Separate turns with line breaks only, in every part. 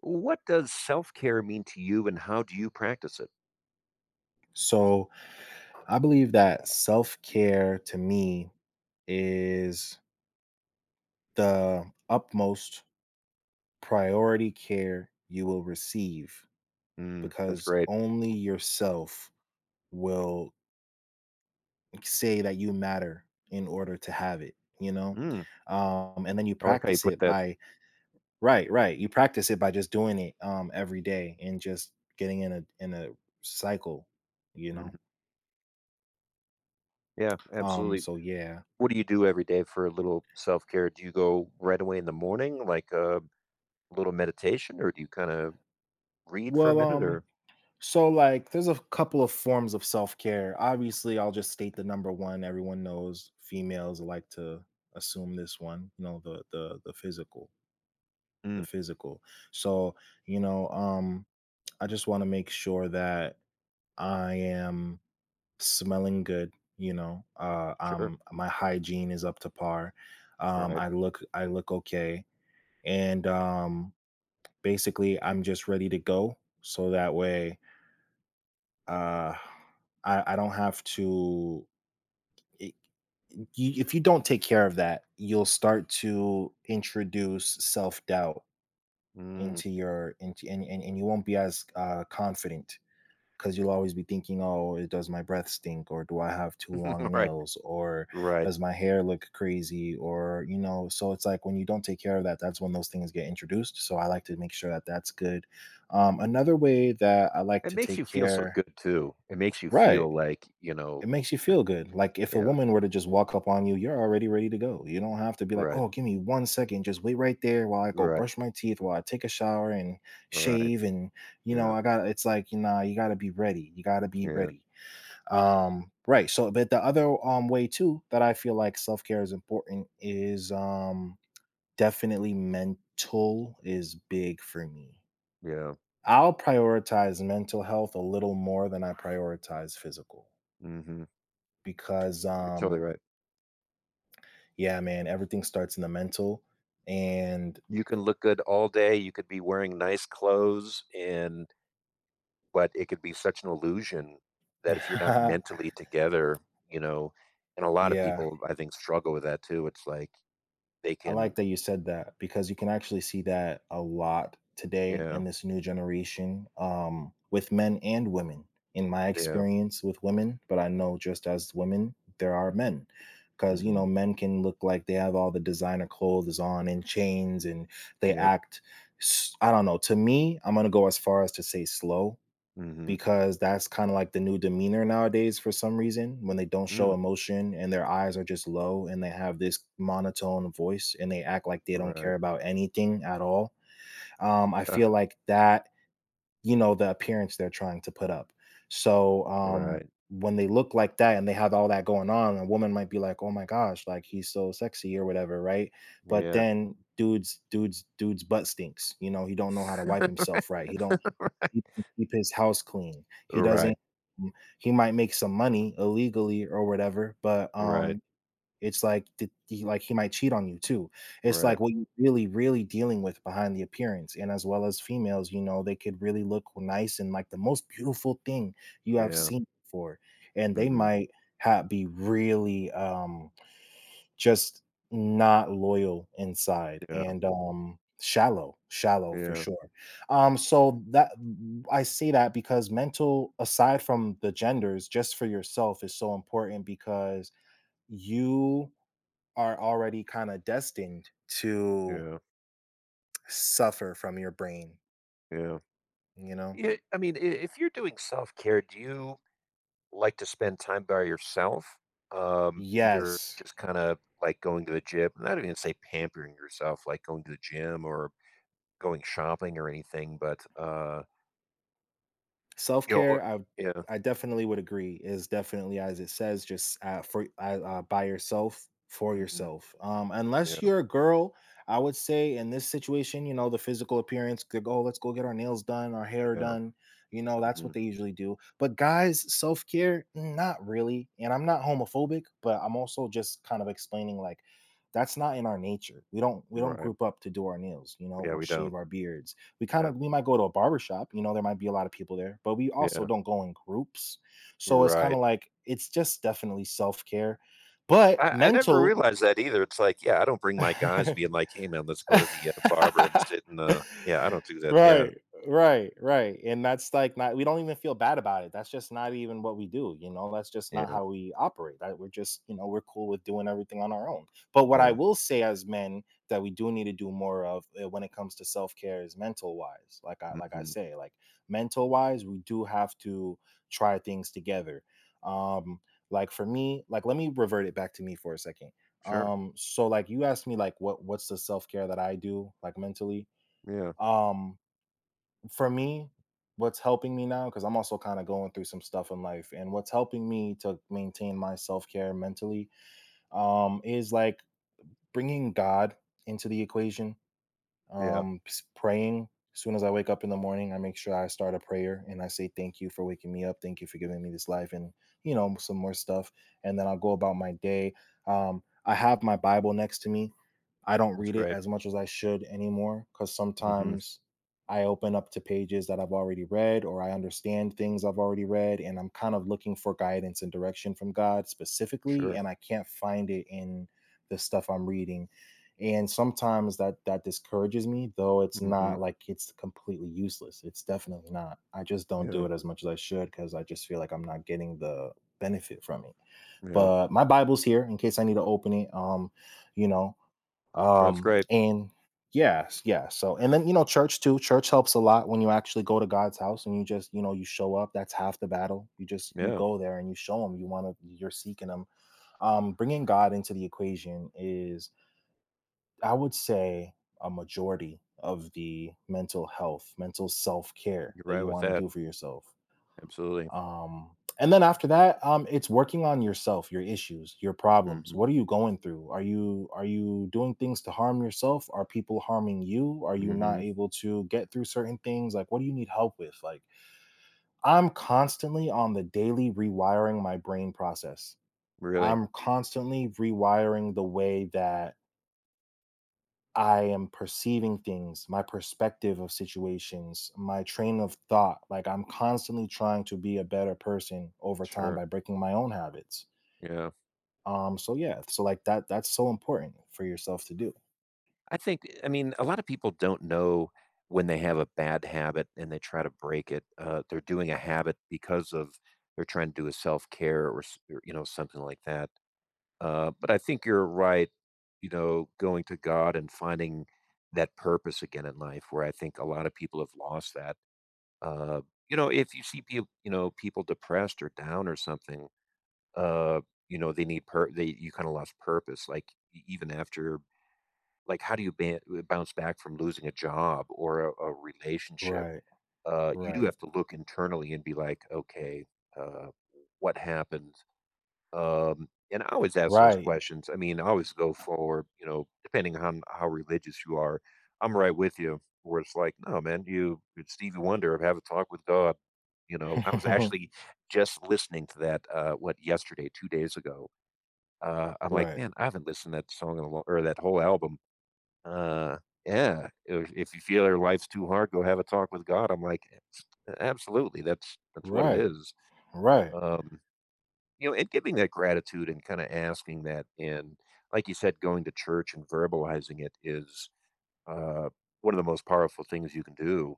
What does self care mean to you and how do you practice it?
So I believe that self care to me is the utmost priority care you will receive
Mm, that's
because
great.
only yourself will say that you matter in order to have it, you know?
Mm,
And then you
I like how you
practice
put
it
that.
by right, right. You practice it by just doing it every day and just getting in a cycle, you know?
Mhm. Yeah,
Um,
absolutely.
so yeah.
What do you do every day for a little self care? Do you go right away in the morning, like a little meditation, or do you kind of read for a
Well,
minute? Or
so, like, there's a couple of forms of self care. Obviously, I'll just state the number one. Everyone knows females like to assume this one. You know, the physical, the
mm,
physical. So, you know, um, I just want to make sure that I am smelling good.
sure,
My hygiene is up to par. Um,
right,
I look, I look okay, and basically, I'm just ready to go. So that way, Uh, I don't have to I you if you don't take care of that, you'll start to introduce self-doubt
mm,
into your into and you won't be as, confident, because 'cause you'll always be thinking, "Oh, it does my breath stink?" Or, "Do I have too long
right,
nails?" Or,
right.
"Does my hair look crazy?" Or, so it's like when you don't take care of that, that's when those things get introduced, so I like to make sure that that's good. Another way that I like
It
to
makes you
take
feel so
care.
good too. It makes you
Right.
feel like you know.
It makes you feel good. Like if a
Yeah,
woman were to just walk up on you, you're already ready to go. You don't have to be like,
right,
"Oh, give me one second, just wait right there while I go
right,
brush my teeth, while I take a shower and
right.
shave." And you know,
Yeah,
I got it's like, you gotta be ready. You gotta be
yeah,
ready. Right. So but the other way too that I feel like self-care is important is definitely mental is big for me.
yeah.
I'll prioritize mental health a little more than I prioritize physical
hmm
because.
You're totally right.
Yeah, man, everything starts in the mental. And
You can look good all day, you could be wearing nice clothes and but it could be such an illusion that if you're not mentally together, you know, and a lot of
yeah,
people I think struggle with that too. It's like they
I
can
like that you said that because you can actually see that a lot today
yeah,
in this new generation, with men and women. In my
yeah.
experience with women, but I know just as women, there are men. Because,
Mhm.
men can look like they have all the designer clothes on and chains and they
Yep.
act, I don't know. To me, I'm going to go as far as to say slow
Mhm.
because that's kind of like the new demeanor nowadays for some reason when they don't
Mm.
show emotion and their eyes are just low and they have this monotone voice and they act like they don't
Right.
care about anything at all. I feel
Ugh,
like that, the appearance they're trying to put up. So
right.
when they look like that and they have all that going on, a woman might be like, "Oh my gosh, like he's so sexy" or whatever, right? But
Yeah.
then dudes, dudes, dudes, butt stinks. He don't know how to wipe himself right. He don't
Right.
he doesn't keep his house clean. He doesn't,
Right.
mm, he might make some money illegally or whatever, but,
Right.
it's like th he, like, he might cheat on you too. It's
Right.
like what you really, really dealing with behind the appearance, and as well as females, they could really look nice and like the most beautiful thing you have
Yeah.
seen before, and they
Mhm.
might ha be really, just not loyal inside
Yeah.
and, shallow, shallow for
Yeah.
sure. So that I say that because mental aside from the genders, just for yourself is so important because you are already kinda destined to
Yeah.
suffer from your brain,
Yeah.
you know?
Yeah, I mean, I if you're doing self-care, do you like to spend time by yourself, either
Yes.
just kinda like going to the gym, not even say pampering yourself, like going to the gym or going shopping or anything, but,
Self
you know, or
care, I
yeah,
I definitely would agree is definitely as it says, just for by yourself for
mhm,
yourself. Unless
yeah,
you're a girl, I would say in this situation, the physical appearance could go. "Oh, let's go get our nails done, our hair
yeah,
done. That's what
mhm,
they usually do." But guys, self care, not really. And I'm not homophobic, but I'm also just kind of explaining like that's not in our nature. We don't
right,
group up to do our nails,
yeah,
or
we don't,
shave our beards. We kind
yeah,
of we might go to a barbershop, there might be a lot of people there, but we also
yeah,
don't go in groups, so it's kind
right.
of like it's just definitely self-care but
I never
mental.
realized that either. It's like, yeah, I don't bring my guys being like, "Hey, man, let's go to the, barber and sit in the" yeah, I don't do that, yeah,
Right, right, right, and that's, like, not, we don't even feel bad about it, that's just not even what we do, that's just not
yeah,
how we operate, that we're just, we're cool with doing everything on our own, but what I
yeah,
will say as men that we do need to do more of, when it comes to self-care is mental-wise, like I like I
mhm,
say, like, mental-wise, we do have to try things together, um, like, for me like, let me revert it back to me for a second,
sure,
so like you asked me like what's the self-care that I do, like, mentally.
yeah,
um for me, what's helping me now because I'm also kind of going through some stuff in life, and what's helping me to maintain my self-care mentally, is like bringing God into the equation,
yeah,
praying as soon as I wake up in the morning. I make sure I start a prayer and I say thank you for waking me up, thank you for giving me this life, and some more stuff, and then I'll go about my day. I have my Bible next to me. I don't
that's
read it
great,
as much as I should anymore, because
mhm,
sometimes I open up to pages that I've already read or I understand things I've already read, and I'm kind of looking for guidance and direction from God specifically
sure.
and I can't find it in the stuff I'm reading, and sometimes that discourages me, though it's
Mhm.
not like it's completely useless, it's definitely not, I just don't
Yeah,
do it as much as I should because I just feel like I'm not getting the benefit from it.
yeah.
But my Bible's here in case I need to open it, you know
Well, that's great.
and yes, yeah. So and then, church too, church helps a lot when you actually go to God's house, and you just, you show up, that's half the battle. You
Yeah,
go there and you show them you want to, you're seeking them. Bringing God into the equation is, I would say, a majority of the mental health, mental self care
you're
that
right
you
with
want to
that.
do for yourself.
Absolutely.
Um, and then after that, it's working on yourself, your issues, your problems.
Mhm,
What are you going through? Are you doing things to harm yourself? Are people harming you? Are you not
mhm.
able to get through certain things? Like, what do you need help with? Like, I'm constantly on the daily rewiring my brain process.
Really.
I'm constantly rewiring the way that I am perceiving things, my perspective of situations, my train of thought. Like I'm constantly trying to be a better person over time
Sure.
by breaking my own habits.
Yeah.
So yeah, so like that's so important for yourself to do.
I think, I mean, a lot of people don't know when they have a bad habit and they try to break it. They're doing a habit because of they're trying to do a self-care or, s or, you know, something like that. But I think you're right, you know, going to God and finding that purpose again in life, where I think a lot of people have lost that. Uh, you know, if you see people, you know, people depressed or down or something, uh, you know, they need per they you kind of lost purpose. Like even after, like, how do you bounce back from losing a job or a relationship?
Right,
You do
right,
have to look internally and be like, okay, uh, what happened? And I always ask those
right,
questions. I mean, I always go for, you know, depending on how religious you are, I'm right with you, where it's like, no, man, you, it's Stevie Wonder, have a talk with God. You know, I was actually just listening to that, what, yesterday, 2 days ago. I'm like,
right,
man, I haven't listened to that song in a long, or that whole album. Uh, yeah, if you feel your life's too hard, go have a talk with God. I'm like, absolutely, that's what it
right,
is.
right.
Um, you know, and giving that gratitude and kinda asking that and, like you said, going to church and verbalizing it is, uh, one of the most powerful things you can do,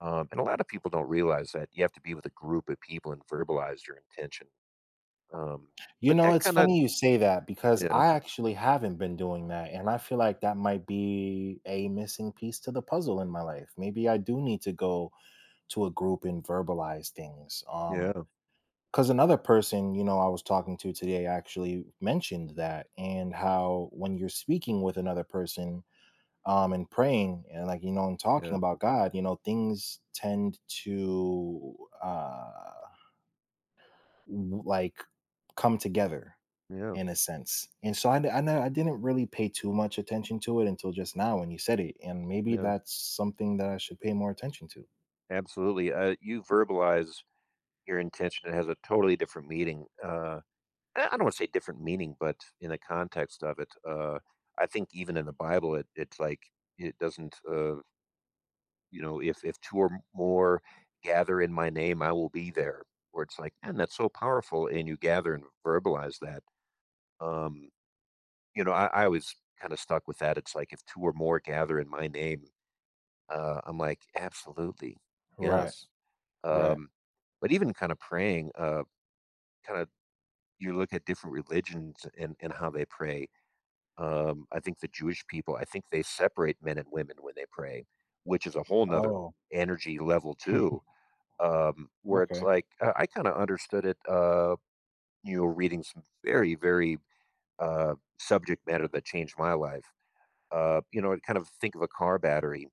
and a lot of people don't realize that you have to be with a group of people and verbalize your intention, um,
You
but
know,
that
it's
kinda
funny you say that because
Yeah,
I actually haven't been doing that. And I feel like that might be a missing piece to the puzzle in my life. Maybe I do need to go to a group and verbalize things.
yeah,
Because another person, I was talking to today actually mentioned that, and how when you're speaking with another person, and praying and like, and talking
yeah,
about God, things tend to like come together
yeah,
in a sense. And so know, I d- I, n- I didn't really pay too much attention to it until just now when you said it. And maybe
yeah,
that's something that I should pay more attention to.
absolutely, you verbalize your intention, it has a totally different meaning, I don't want to say different meaning, but in the context of it, I think even in the Bible, it's like it doesn't, you know, if two or more gather in my name, I will be there. Where it's like, man, that's so powerful, and you gather and verbalize that. Um, you know, I always kind of stuck with that. It's like if two or more gather in my name, I'm like, absolutely,
Right,
yes.
right.
Um, but even kind of praying, kind of you look at different religions and how they pray. I think the Jewish people, I think they separate men and women when they pray, which is a whole nother
Oh,
energy level too. Where it's
okay.
like I kind of understood it, you know, reading some very, very subject matter that changed my life. You know, I kind of think of a car battery.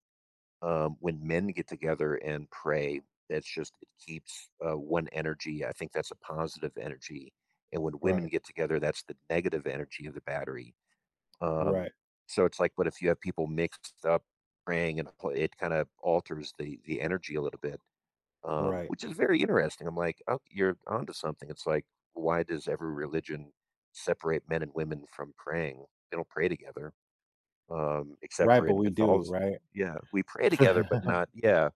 When men get together and pray, that's just it keeps one energy. I think that's a positive energy, and when women
Right.
get together, that's the negative energy of the battery, um,
Right,
so it's like, but if you have people mixed up praying and it kind of alters the energy a little bit,
right.
which is very interesting. I'm like, oh, you're onto something. It's like, why does every religion separate men and women from praying? They don't pray together, except
Right,
for
but
in
we do,
Catholicism.
right?
Yeah, we pray together, but not. Yeah,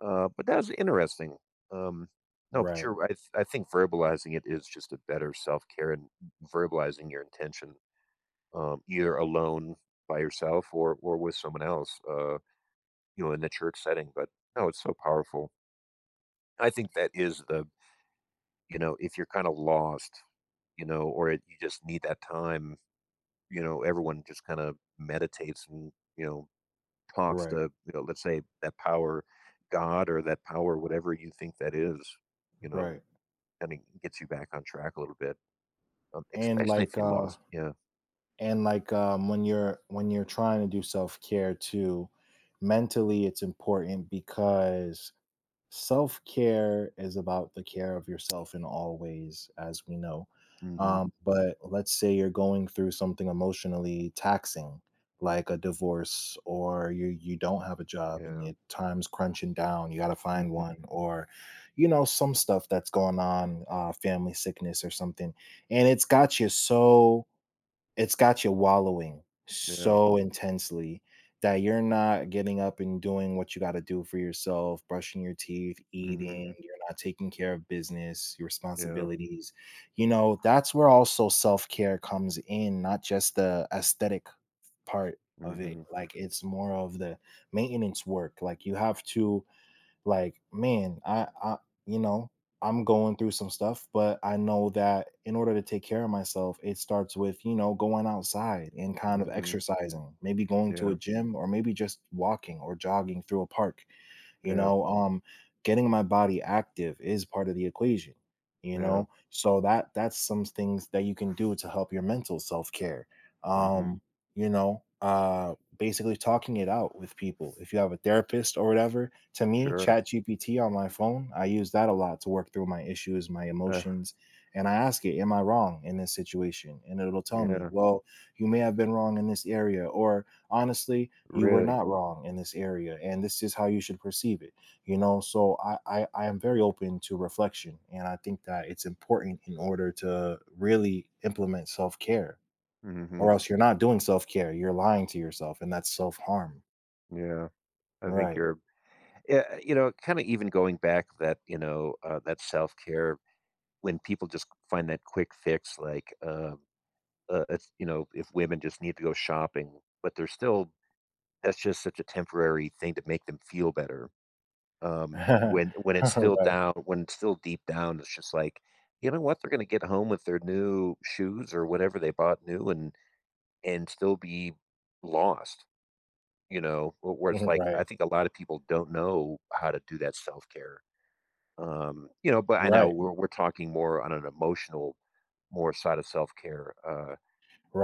but that was interesting. Um, no, but
Right,
you're right. I think verbalizing it is just a better self care, and verbalizing your intention, either alone by yourself or with someone else, you know, in the church setting. But no, it's so powerful. I think that is the you know, if you're kind of lost, you know, or it, you just need that time, you know, everyone just kind of meditates and you know talks
right,
to you know, let's say that power, God or that power, whatever you think that is, you know,
right.
kind of gets you back on track a little bit,
And
especially if
like,
you lost. Yeah.
when you're trying to do self-care too, mentally it's important because self care is about the care of yourself in all ways, as we know.
hmm
But let's say you're going through something emotionally taxing, like a divorce, or you don't have a job and
Yeah.
your time's crunching down. You got to find
hmm
one, or some stuff that's going on, family sickness or something, and it's got you wallowing
Yeah.
so intensely that you're not getting up and doing what you gotta do for yourself, brushing your teeth, eating,
hmm
you're not taking care of business, your
Yeah.
responsibilities. That's where also self-care comes in, not just the aesthetic part of it,
hmm
like, it's more of the maintenance work, like, you have to, like, man, I you know I'm going through some stuff but I know that in order to take care of myself it starts with, going outside and kind of
Mhm.
exercising, maybe going to a
Yeah,
gym or maybe just walking or jogging through a park, you
yeah,
know um getting my body active is part of the equation,
yeah.
so that's some things that you can do to help your mental self-care.
Mhm.
um Basically talking it out with people, if you have a therapist or whatever. To me,
Sure.
ChatGPT on my phone, I use that a lot to work through my issues, my
Uh,
emotions, and I ask it, "Am I wrong in this situation?" And it'll tell me,
yeah,
"Well, you may have been wrong in this area," or, "Honestly, you were
really.
not wrong in this area, and this is how you should perceive it." So I am very open to reflection, and I think that it's important in order to really implement self care, or
Mhm.
else you're not doing self care. You're lying to yourself, and that's self harm.
Yeah. I think
Right.
you're yeah, you know, kinda even going back that, you know, that self-care when people just find that quick fix, like, it's you know, if women just need to go shopping, but they're still that's just such a temporary thing to make them feel better. When it's still
right.
down when it's still deep down, it's just like, you know what? They're gonna get home with their new shoes or whatever they bought new and still be lost, you know, where it's like
Right.
I think a lot of people don't know how to do that self care. You know, but I know
Right.
we're talking more on an emotional, more side of self care.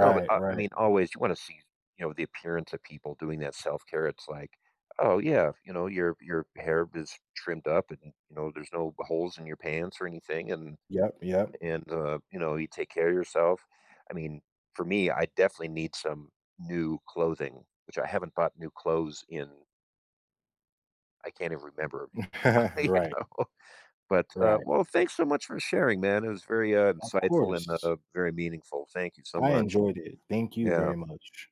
No, but I
Right.
mean, always you want to see, you know, the appearance of people doing that self care. It's like, oh yeah, you know, your hair is trimmed up, and you know, there's no holes in your pants or anything, and
Yep. Yep.
you know, you take care of yourself. I mean, for me, I definitely need some new clothing, which I haven't bought new clothes in. I can't even remember, you
right.
know. But
Right.
well, thanks so much for sharing, man. It was very
Of
insightful and
course.
very meaningful. Thank you so
I
much.
enjoyed it. Thank you
Yeah.
very much.